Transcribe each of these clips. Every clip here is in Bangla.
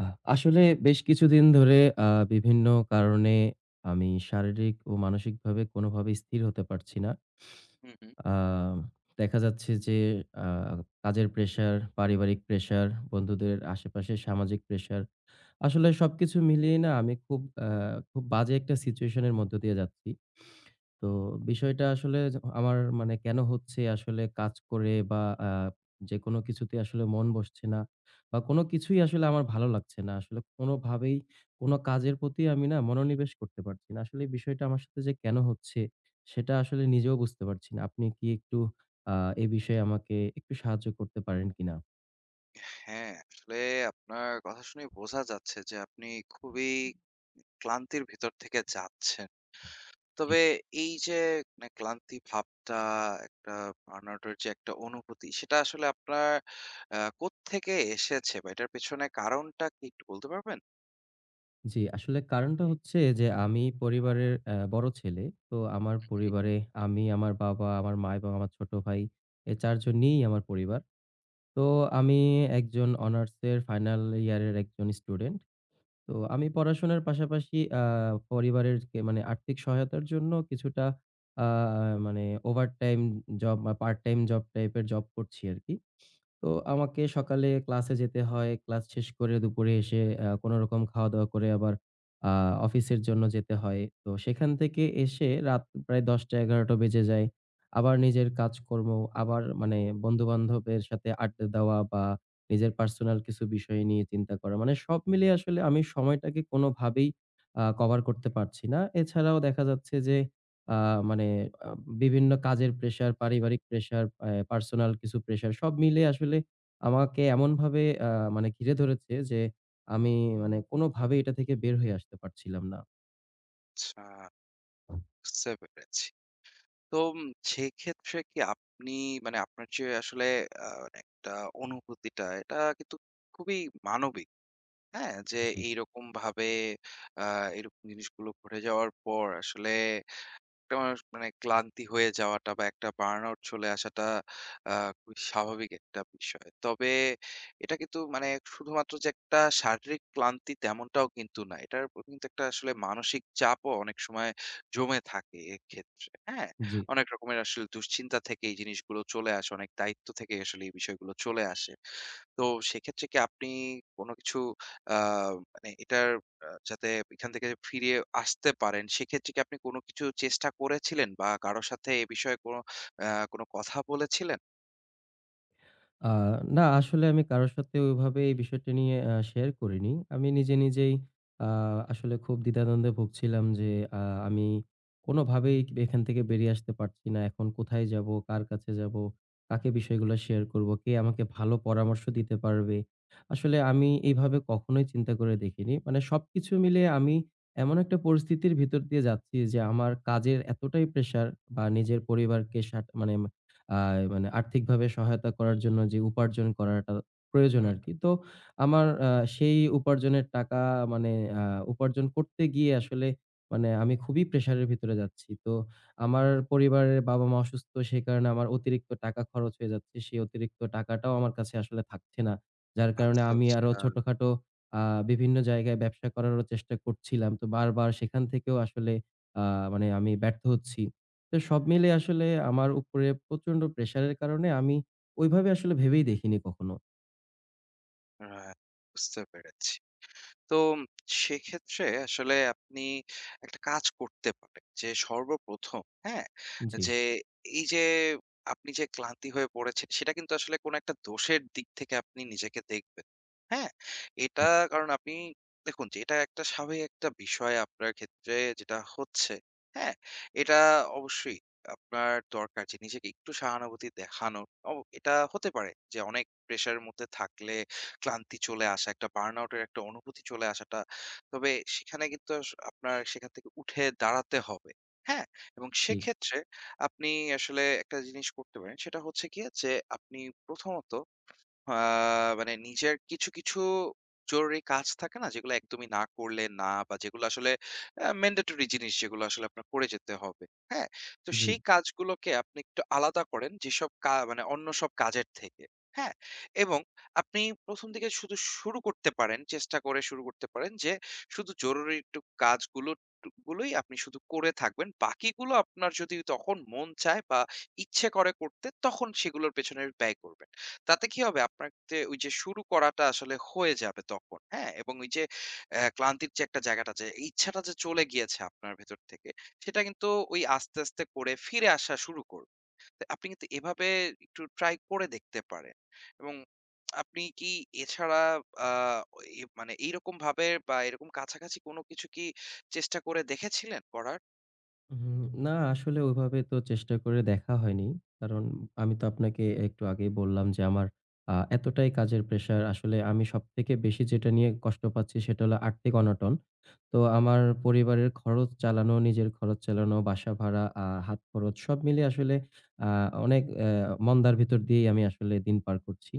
আসলে বেশ কিছুদিন ধরে আ বিভিন্ন কারণে আমি শারীরিক ও মানসিকভাবে কোনোভাবে স্থির হতে পারছি না। হুম, হুম। আ দেখা যাচ্ছে যে আ কাজের প্রেশার, পারিবারিক প্রেশার, বন্ধুদের আশেপাশে সামাজিক প্রেশার। আসলে সবকিছু মিলিয়ে না আমি খুব বাজে একটা সিচুয়েশন এর মধ্য দিয়ে যাচ্ছি। তো বিষয়টা আসলে আমার মানে কেন হচ্ছে, আসলে কাজ করে বা আ যেকোনো কিছুতে আসলে মন বসছে না বা কোনো কিছুই আসলে আমার ভালো লাগছে না। আসলে কোনোভাবেই কোনো কাজের প্রতি আমি না মনোনিবেশ করতে পারছি না। আসলে এই বিষয়টা আমার সাথে যে কেন হচ্ছে সেটা আসলে নিজেও বুঝতে পারছি না। আপনি কি একটু আ এ বিষয়ে আমাকে একটু সাহায্য করতে পারেন কিনা? হ্যাঁ, আসলে আপনার কথা শুনে বোঝা যাচ্ছে যে আপনি খুবই ক্লান্তির ভিতর থেকে যাচ্ছেন। তবে এই যে মানে ক্লান্তি ভাবটা একটা burnout এর যে একটা অনুভূতি সেটা আসলে আপনার কোত্থেকে এসেছে বা এটার পেছনে কারণটা কি একটু বলতে পারবেন? জি, আসলে কারণটা হচ্ছে যে আমি পরিবারের বড় ছেলে। তো আমার পরিবারে আমি, আমার বাবা, আমার মা এবং আমার ছোট ভাই, এ ৪ জন নিয়েই আমার পরিবার। তো আমি একজন অনার্সের ফাইনাল ইয়ারের একজন স্টুডেন্ট। তো আমি পড়াশোনার পাশাপাশি পরিবারের কে মানে আর্থিক সহায়তার জন্য কিছুটা আ মানে ওভারটাইম জব বা পার্ট-টাইম জব টাইপের জব করছি আরকি। তো আমাকে সকালে ক্লাসে যেতে হয়। ক্লাস শেষ করে দুপুরে এসে কোনরকম খাওয়া-দাওয়া করে আবার আ অফিসের জন্য যেতে হয়। তো সেখান থেকে এসে রাত প্রায় ১০টা-১১টা বেজে যায়। আবার নিজের কাজকর্ম, আবার মানে বন্ধু-বান্ধবের সাথে আড্ডা দেওয়া বা নিজের পার্সোনাল কিছু বিষয় নিয়ে চিন্তা করা। মানে সব মিলিয়ে আসলে আমি সময়টাকে কোনোভাবেই কভার করতে পারছি না। এছাড়াও দেখা যাচ্ছে যে আ মানে আ বিভিন্ন কাজের প্রেশার, পারিবারিক প্রেশার, পার্সোনাল কিছু প্রেশার সব মিলিয়ে আসলে আমাকে এমনভাবে মানে ঘিরে ধরেছে যে আমি মানে কোনোভাবেই এটা থেকে বের হয়ে আসতে পারছিলাম না। আচ্ছা, বুঝতে পেরেছি। তো সেক্ষেত্রে কি আপনি মানে আপনার যে আসলে মানে একটা অনুভূতিটা এটা কিন্তু খুবই মানবিক। হ্যাঁ, যে জি, এইরকম ভাবে আ এরকম জিনিসগুলো ঘটে যাওয়ার পর আসলে একটা মানুষ মানে ক্লান্তি হয়ে যাওয়াটা বা একটা বার্নআউট চলে আসাটা আ খুবই স্বাভাবিক একটা বিষয়। তবে এটা কিন্তু মানে শুধুমাত্র যে একটা শারীরিক ক্লান্তি তেমনটাও কিন্তু না। এটার কিন্তু একটা আসলে মানসিক চাপও অনেক সময় জমে থাকে এক্ষেত্রে, হ্যাঁ? জি। অনেক রকমের আসলে দুশ্চিন্তা থেকে এই জিনিসগুলো চলে আসে, অনেক দায়িত্ব থেকে আসলে এই বিষয়গুলো চলে আসে। তো সেক্ষেত্রে কি আপনি কোন কিছু আ মানে এটার যাতে এখান থেকে ফিরে আসতে পারেন, সেক্ষেত্রে কি আপনি কোন কিছু চেষ্টা করেছিলেন বা কারো সাথে এ বিষয়ে কোন আ কোন কথা বলেছিলেন? আ না, আসলে আমি কারো সাথে ওইভাবে এই বিষয়টা নিয়ে শেয়ার করিনি। আমি নিজে, নিজেই আ আসলে খুব দ্বিধাদ্বন্দ্বে ভুগছিলাম যে আ আমি কোনোভাবেই এখান থেকে বেরিয়ে আসতে পারছি না। এখন কোথায় যাব? কার কাছে যাব? কাকে বিষয়গুলো শেয়ার করব? কে আমাকে ভালো পরামর্শ দিতে পারবে? আসলে আমি এইভাবে কখনোই চিন্তা করে দেখিনি। মানে সবকিছু মিলিয়ে আমি এমন একটা পরিস্থিতির ভিতর দিয়ে যাচ্ছি যে আমার কাজের এতটাই প্রেশার বা নিজের পরিবারকে মানে আ মানে আর্থিকভাবে সহায়তা করার জন্য যে উপার্জন করাটা প্রয়োজন হুম। আরকি। তো আমার সেই উপার্জনের টাকা মানে আ উপার্জন করতে গিয়ে আসলে মানে আমি খুবই প্রেশারের ভিতরে যাচ্ছি। তো আমার পরিবারের বাবা-মা অসুস্থ, সেই কারণে আমার অতিরিক্ত টাকা খরচ হয়ে যাচ্ছে। সেই অতিরিক্ত টাকাটাও আমার কাছে আসলে থাকছে না। যার কারণে আচ্ছা, আমি আরো আচ্ছা। ছোটখাটো আ বিভিন্ন জায়গায় ব্যবসা করারও চেষ্টা করছিলাম। তো বারবার সেখান থেকেও আসলে আ মানে আমি ব্যর্থ হচ্ছি। তো সব মিলে আসলে আমার উপরে প্রচন্ড প্রেশারের কারণে আমি ওইভাবে আসলে ভেবেই দেখিনি কখনো। রাইট, বুঝতে পেরেছি। তো সেক্ষেত্রে আসলে আপনি একটা কাজ করতে পারেন যে সর্বপ্রথম, হ্যাঁ? জি, যে এই যে আপনি যে ক্লান্তি হয়ে পড়েছেন সেটা কিন্তু আসলে কোন একটা দোষের দিক থেকে আপনি নিজেকে দেখবেন। হ্যাঁ? এটা কারণ আপনি দেখুন যে এটা একটা স্বাভাবিক একটা বিষয় আপনার ক্ষেত্রে যেটা হচ্ছে, হ্যাঁ? এটা অবশ্যই আপনার দরকার যে নিজেকে একটু সহানুভূতি দেখানো। অ এটা হতে পারে যে অনেক প্রেশার এর মধ্যে থাকলে ক্লান্তি চলে আসা, একটা বার্ন আউট এর একটা অনুভূতি চলে আসাটা। তবে সেখানে কিন্তু আপনার সেখান থেকে উঠে দাঁড়াতে হবে। হ্যাঁ? এবং জি। সেক্ষেত্রে আপনি আসলে একটা জিনিস করতে পারেন। সেটা হচ্ছে গিয়ে যে আপনি প্রথমত আ মানে নিজের কিছু জরুরি কাজ থাকে না? যেগুলো একদমই না করলে না বা যেগুলো আসলে ম্যান্ডেটরি জিনিস যেগুলো আসলে আপনার করে যেতে হবে। হ্যাঁ? তো জি। সেই কাজগুলোকে আপনি একটু আলাদা করেন যেসব মানে অন্য সব কাজের থেকে। হ্যাঁ? এবং আপনি ১ম দিকে শুধু শুরু করতে পারেন, চেষ্টা করে শুরু করতে পারেন যে শুধু জরুরি একটু কাজগুলো টু গুলোই আপনি শুধু করে থাকবেন। বাকিগুলো আপনার যদি তখন মন চায় বা ইচ্ছে করে করতে তখন সেগুলোর পেছনে ব্যয় করবেন। তাতে কি হবে? আপনার যে ওই যে শুরু করাটা আসলে হয়ে যাবে তখন, হ্যাঁ? এবং ওই যে ক্লান্তির যে একটা জায়গাটা যে ইচ্ছাটা যে চলে গিয়েছে আপনার ভেতর থেকে, সেটা কিন্তু ওই আস্তে, আস্তে করে ফিরে আসা শুরু করবে। তো আপনি কিন্তু এভাবে একটু ট্রাই করে দেখতে পারেন। এবং আপনি কি এছাড়া আ এ মানে এইরকম ভাবে বা এরকম কাছাকাছি কোনো কিছু কি চেষ্টা করে দেখেছিলেন করার? হুম, না আসলে ওইভাবে তো চেষ্টা করে দেখা হয়নি। কারণ আমি তো আপনাকে একটু আগেই বললাম যে আমার এতটাই কাজের প্রেশার, আসলে আমি সবথেকে বেশি যেটা নিয়ে কষ্ট পাচ্ছি সেটা হলো আর্থিক অনটন। তো আমার পরিবারের খরচ চালানো, নিজের খরচ চালানো, বাসা ভাড়া, হাত খরচ সব মিলিয়ে আসলে আ অনেক মন্দার ভিতর দিয়েই আমি আসলে দিন পার করছি।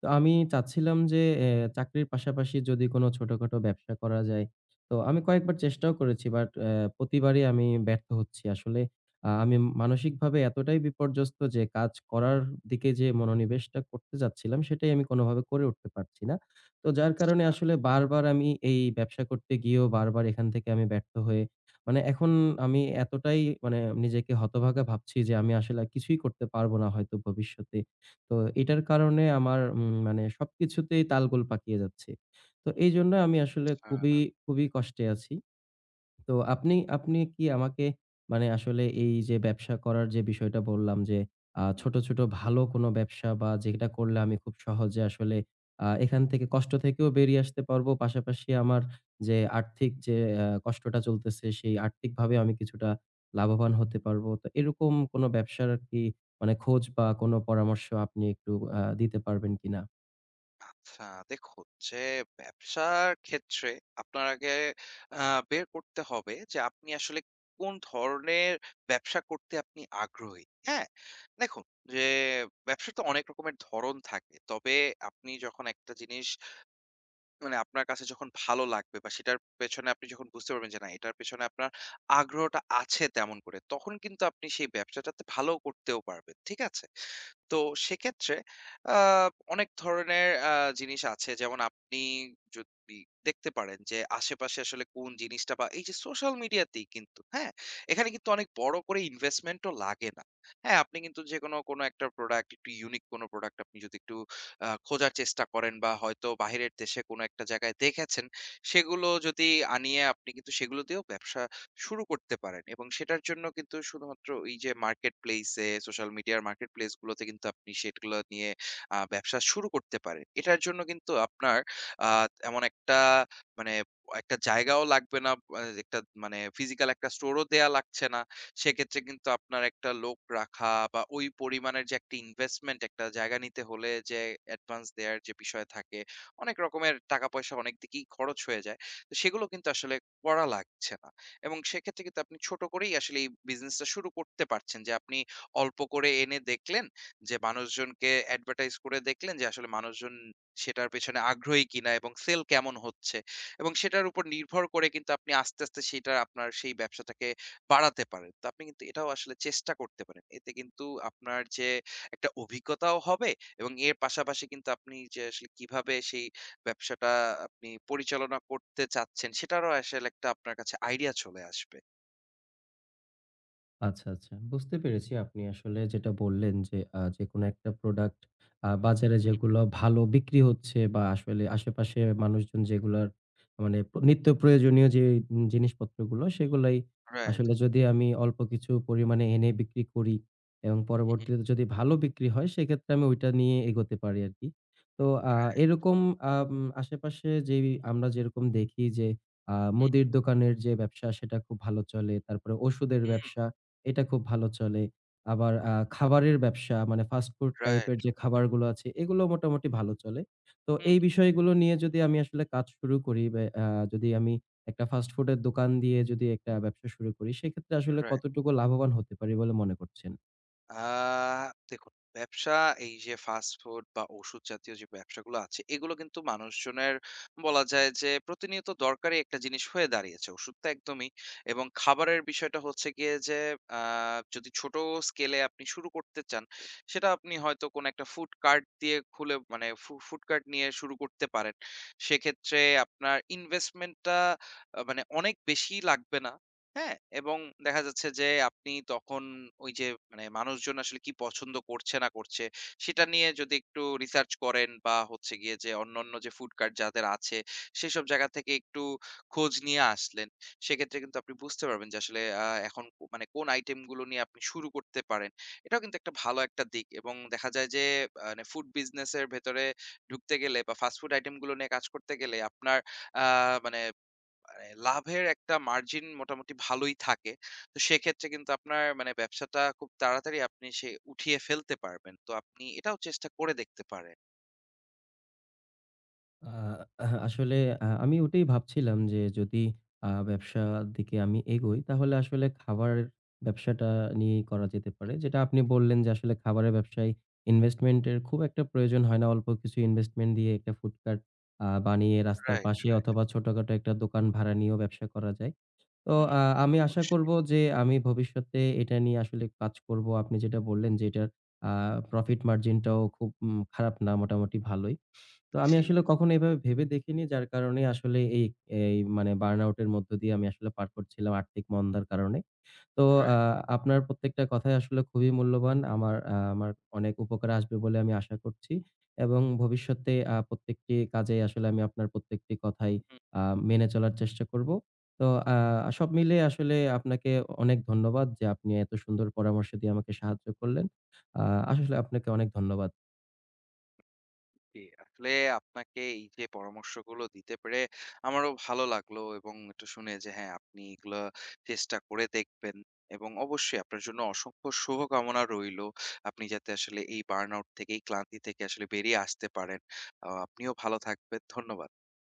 তো আমি চাচ্ছিলাম যে চাকরির পাশাপাশি যদি কোনো ছোটখাটো ব্যবসা করা যায়। তো আমি কয়েকবার চেষ্টাও করেছি, বাট প্রতিবারই আমি ব্যর্থ হচ্ছি। আসলে আমি মানসিকভাবে এতটাই বিপর্যস্ত যে কাজ করার দিকে যে মনোনিবেশটা করতে যাচ্ছিলাম সেটাই আমি কোনোভাবে করে উঠতে পারছি না। তো যার কারণে আসলে বারবার আমি এই ব্যবসা করতে গিয়েও বারবার এখান থেকে আমি ব্যর্থ হয়ে মানে এখন আমি এতটাই মানে নিজেকে হতভাগা ভাবছি যে আমি আসলে আর কিছুই করতে পারবো না হয়তো ভবিষ্যতে। তো এটার কারণে আমার মানে সবকিছুতেই তালগোল পাকিয়ে যাচ্ছে। তো এইজন্য আমি আসলে খুবই, আচ্ছা। খুবই কষ্টে আছি। তো আপনি আপনি কি আমাকে মানে আসলে এই যে ব্যবসা করার যে বিষয়টা বললাম যে ছোট, ছোট ভালো কোনো ব্যবসা বা যেটা করলে আমি খুব সহজে আসলে এখান থেকে, কষ্ট থেকেও বেরিয়ে আসতে পারবো। পাশাপাশি আমার যে আর্থিক যে কষ্টটা চলতেছে, সেই আর্থিকভাবে আমি কিছুটা লাভবান হতে পারবো। তো এরকম কোনো ব্যবসার আর কি মানে খোঁজ বা কোনো পরামর্শ আপনি একটু দিতে পারবেন কিনা? আচ্ছা, দেখুন যে ব্যবসার ক্ষেত্রে আপনার আগে বের করতে হবে যে আপনি আসলে কোন ধরনের ব্যবসা করতে আপনি আগ্রহী। হ্যাঁ, দেখুন যে ব্যবসা তো অনেক রকমের ধরন থাকে, তবে আপনি যখন একটা জিনিস মানে আপনার কাছে যখন ভালো লাগবে বা সেটার পেছনে আপনি যখন বুঝতে পারবেন যে না এটার পেছনে আপনার আগ্রহটা আছে তেমন করে, তখন কিন্তু আপনি সেই ব্যবসাটাতে ভালো করতেও পারবেন। ঠিক আছে? তো সেক্ষেত্রে আহ, অনেক ধরনের জিনিস আছে, যেমন আপনি যদি দেখতে পারেন যে আশেপাশে আসলে কোন জিনিসটা বা এই যে সোশ্যাল মিডিয়াতেই কিন্তু, হ্যাঁ, এখানে কিন্তু অনেক বড় করে ইনভেস্টমেন্টও লাগে না। হ্যাঁ, আপনি কিন্তু যে কোনো কোনো একটা প্রোডাক্ট, একটু ইউনিক কোনো প্রোডাক্ট আপনি যদি একটু খোঁজার চেষ্টা করেন বা হয়তো বাহিরের দেশে কোনো একটা জায়গায় দেখেছেন, সেগুলো যদি আনিয়ে আপনি কিন্তু সেগুলো দিয়েও ব্যবসা শুরু করতে পারেন। এবং সেটার জন্য কিন্তু শুধুমাত্র এই যে মার্কেট প্লেসে সোশ্যাল মিডিয়ার মার্কেট প্লেস গুলোতে কিন্তু আপনি সেগুলো নিয়ে ব্যবসা শুরু করতে পারেন। এটার জন্য কিন্তু আপনার আ এমন একটা মানে একটা জায়গাও লাগবে না, একটা মানে ফিজিক্যাল একটা স্টোরও দেয়া লাগছে না। সেক্ষেত্রে কিন্তু আপনার একটা লোক রাখা বা ওই পরিমাণের যে একটা ইনভেস্টমেন্ট, একটা জায়গা নিতে হলে যে অ্যাডভান্স দেওয়ার যে বিষয় থাকে, অনেক রকমের টাকা পয়সা অনেক দিকেই খরচ হয়ে যায়, তো সেগুলো কিন্তু আসলে করা লাগছে না। এবং সেক্ষেত্রে কিন্তু আপনি ছোট করেই আসলে এই বিজনেসটা শুরু করতে পারছেন, যে আপনি অল্প করে এনে দেখলেন, যে মানুষজনকে অ্যাডভার্টাইজ করে দেখলেন যে আসলে মানুষজন সেটার পেছনে আগ্রহী কিনা এবং সেল কেমন হচ্ছে, এবং সেটার উপর নির্ভর করে কিন্তু আপনি আস্তে আস্তে সেটা আপনার সেই ব্যবসাটাকে বাড়াতে পারেন। তো আপনি কিন্তু এটাও আসলে চেষ্টা করতে পারেন। এতে কিন্তু আপনার যে একটা অভিজ্ঞতাও হবে, এবং এর পাশাপাশি কিন্তু আপনি যে আসলে কিভাবে সেই ব্যবসাটা আপনি পরিচালনা করতে চাচ্ছেন সেটারও আসলে একটা আপনার কাছে আইডিয়া চলে আসবে। আচ্ছা, আচ্ছা। বুঝতে পেরেছি, আপনি আসলে যেটা বললেন যে, যেকোনো একটা প্রোডাক্ট বাজারে হুম, যেগুলো ভালো বিক্রি হচ্ছে বা আসলে আশেপাশে মানুষজন যেগুলার মানে নিত্য প্রয়োজনীয় যে জিনিসপত্রগুলো, সেগুলাই রাইট। আসলে যদি আমি অল্প কিছু পরিমাণে এনে বিক্রি করি এবং হুম, পরবর্তীতে যদি ভালো বিক্রি হয়, সেক্ষেত্রে আমি ওইটা নিয়ে এগোতে পারি আরকি। তো আ এরকম আম আশেপাশে যেই আমরা যেরকম দেখি যে, হুম, মুদির দোকানের যে ব্যবসা সেটা খুব ভালো চলে। তারপরে ওষুধের হুম, ব্যবসা, এটা খুব ভালো চলে। আবার খাবারের ব্যবসা, মানে ফাস্ট ফুড রাইট। টাইপের যে খাবারগুলো আছে এগুলো মোটামুটি ভালো চলে। তো হুম। এই বিষয়গুলো নিয়ে যদি আমি আসলে কাজ শুরু করি, বা যদি আমি একটা ফাস্ট ফুডের দোকান দিয়ে যদি একটা ব্যবসা শুরু করি সেক্ষেত্রে আসলে কতটুকু লাভবান হতে পারি বলে মনে করছেন? আ দেখুন, ব্যবসা এই যে ফাস্ট ফুড বা ওষুধ জাতীয় যে ব্যবসাগুলো আছে, এগুলো কিন্তু মানুষজনের বলা যায় যে প্রতিনিয়ত দরকারি একটা জিনিস হয়ে দাঁড়িয়েছে। ওষুধ তো একদমই। এবং খাবারের বিষয়টা হচ্ছে গিয়ে যে আ যদি ছোট স্কেলে আপনি শুরু করতে চান, সেটা আপনি হয়তো কোনো একটা ফুড কার্ট দিয়ে খুলে মানে ফুড কার্ট নিয়ে শুরু করতে পারেন। সেক্ষেত্রে আপনার ইনভেস্টমেন্টটা মানে অনেক বেশি লাগবে না। হ্যাঁ, এবং দেখা যাচ্ছে যে আপনি তখন ওই যে মানে মানুষজন আসলে কি পছন্দ করছে না করছে, সেটা নিয়ে যদি একটু রিসার্চ করেন বা হচ্ছে গিয়ে যে অন্যান্য যে ফুড কার্ট যাদের আছে, সেসব জায়গা থেকে একটু খোঁজ নিয়ে আসলেন। সেক্ষেত্রে কিন্তু আপনি বুঝতে পারবেন যে আসলে এখন মানে কোন আইটেমগুলো নিয়ে আপনি শুরু করতে পারেন। এটাও কিন্তু একটা ভালো একটা দিক। এবং দেখা যায় যে মানে ফুড বিজনেসের ভেতরে ঢুকতে গেলে বা ফাস্ট ফুড আইটেমগুলো নিয়ে কাজ করতে গেলে আপনার আ মানে মানে লাভের একটা মার্জিন মোটামুটি ভালোই থাকে। তো সেক্ষেত্রে কিন্তু আপনার মানে ব্যবসাটা খুব তাড়াতাড়ি আপনি সে উঠিয়ে ফেলতে পারবেন। তো আপনি এটাও চেষ্টা করে দেখতে পারেন। আ আসলে আমি ওটাই ভাবছিলাম যে যদি ব্যবসার দিকে আমি এগোই তাহলে আসলে খাবার ব্যবসাটা নিয়েই করা যেতে পারে। যেটা আপনি বললেন যে আসলে খাবারের ব্যবসায় ইনভেস্টমেন্ট এর খুব একটা প্রয়োজন হয় না। অল্প কিছু ইনভেস্টমেন্ট দিয়ে একটা ফুড কার্ট বানিয়ে রাস্তার রাইট, পাশে রাইট। অথবা ছোটখাটো একটা দোকান ভাড়া নিয়েও ব্যবসা করা যায়। তো হুম, তা তো আমি আশা অবশ্যই। করব যে আমি ভবিষ্যতে এটা নিয়ে আসলে কাজ করব। আপনি যেটা বললেন যে এটার আ প্রফিট মার্জিন টাও খুব খারাপ না, মোটামুটি ভালোই। তো আমি জি, আসলে কখনো এভাবে ভেবে দেখিনি, যার কারণে আসলে এই এই মানে বার্নআউট এর মধ্য দিয়ে আমি আসলে পার করছিলাম, আর্থিক মন্দার কারণে। তো আ রাইট। আপনার প্রত্যেকটা কথাই আসলে খুবই মূল্যবান। আমার অনেক উপকারে আসবে বলে আমি আশা করছি, এবং ভবিষ্যতে প্রত্যেকটি কাজে আসলে আমি আপনার প্রত্যেকটি কথাই হুম। আ মেনে চলার চেষ্টা করব। তো আ সব মিলিয়ে আসলে আপনাকে অনেক ধন্যবাদ যে আপনি এত সুন্দর পরামর্শ দিয়ে আমাকে সাহায্য করলেন। আ আসলে আপনাকে অনেক ধন্যবাদ। জি, আসলে আপনাকে এই যে পরামর্শগুলো দিতে পেরে আমারও ভালো লাগলো, এবং একটু শুনে যে হ্যাঁ আপনি এগুলো চেষ্টা করে দেখবেন, এবং অবশ্যই আপনার জন্য অসংখ্য শুভকামনা রইলো। আপনি যাতে আসলে এই বার্নআউট থেকে এই ক্লান্তি থেকে আসলে বেরিয়ে আসতে পারেন। আপনিও ভালো থাকবেন। ধন্যবাদ।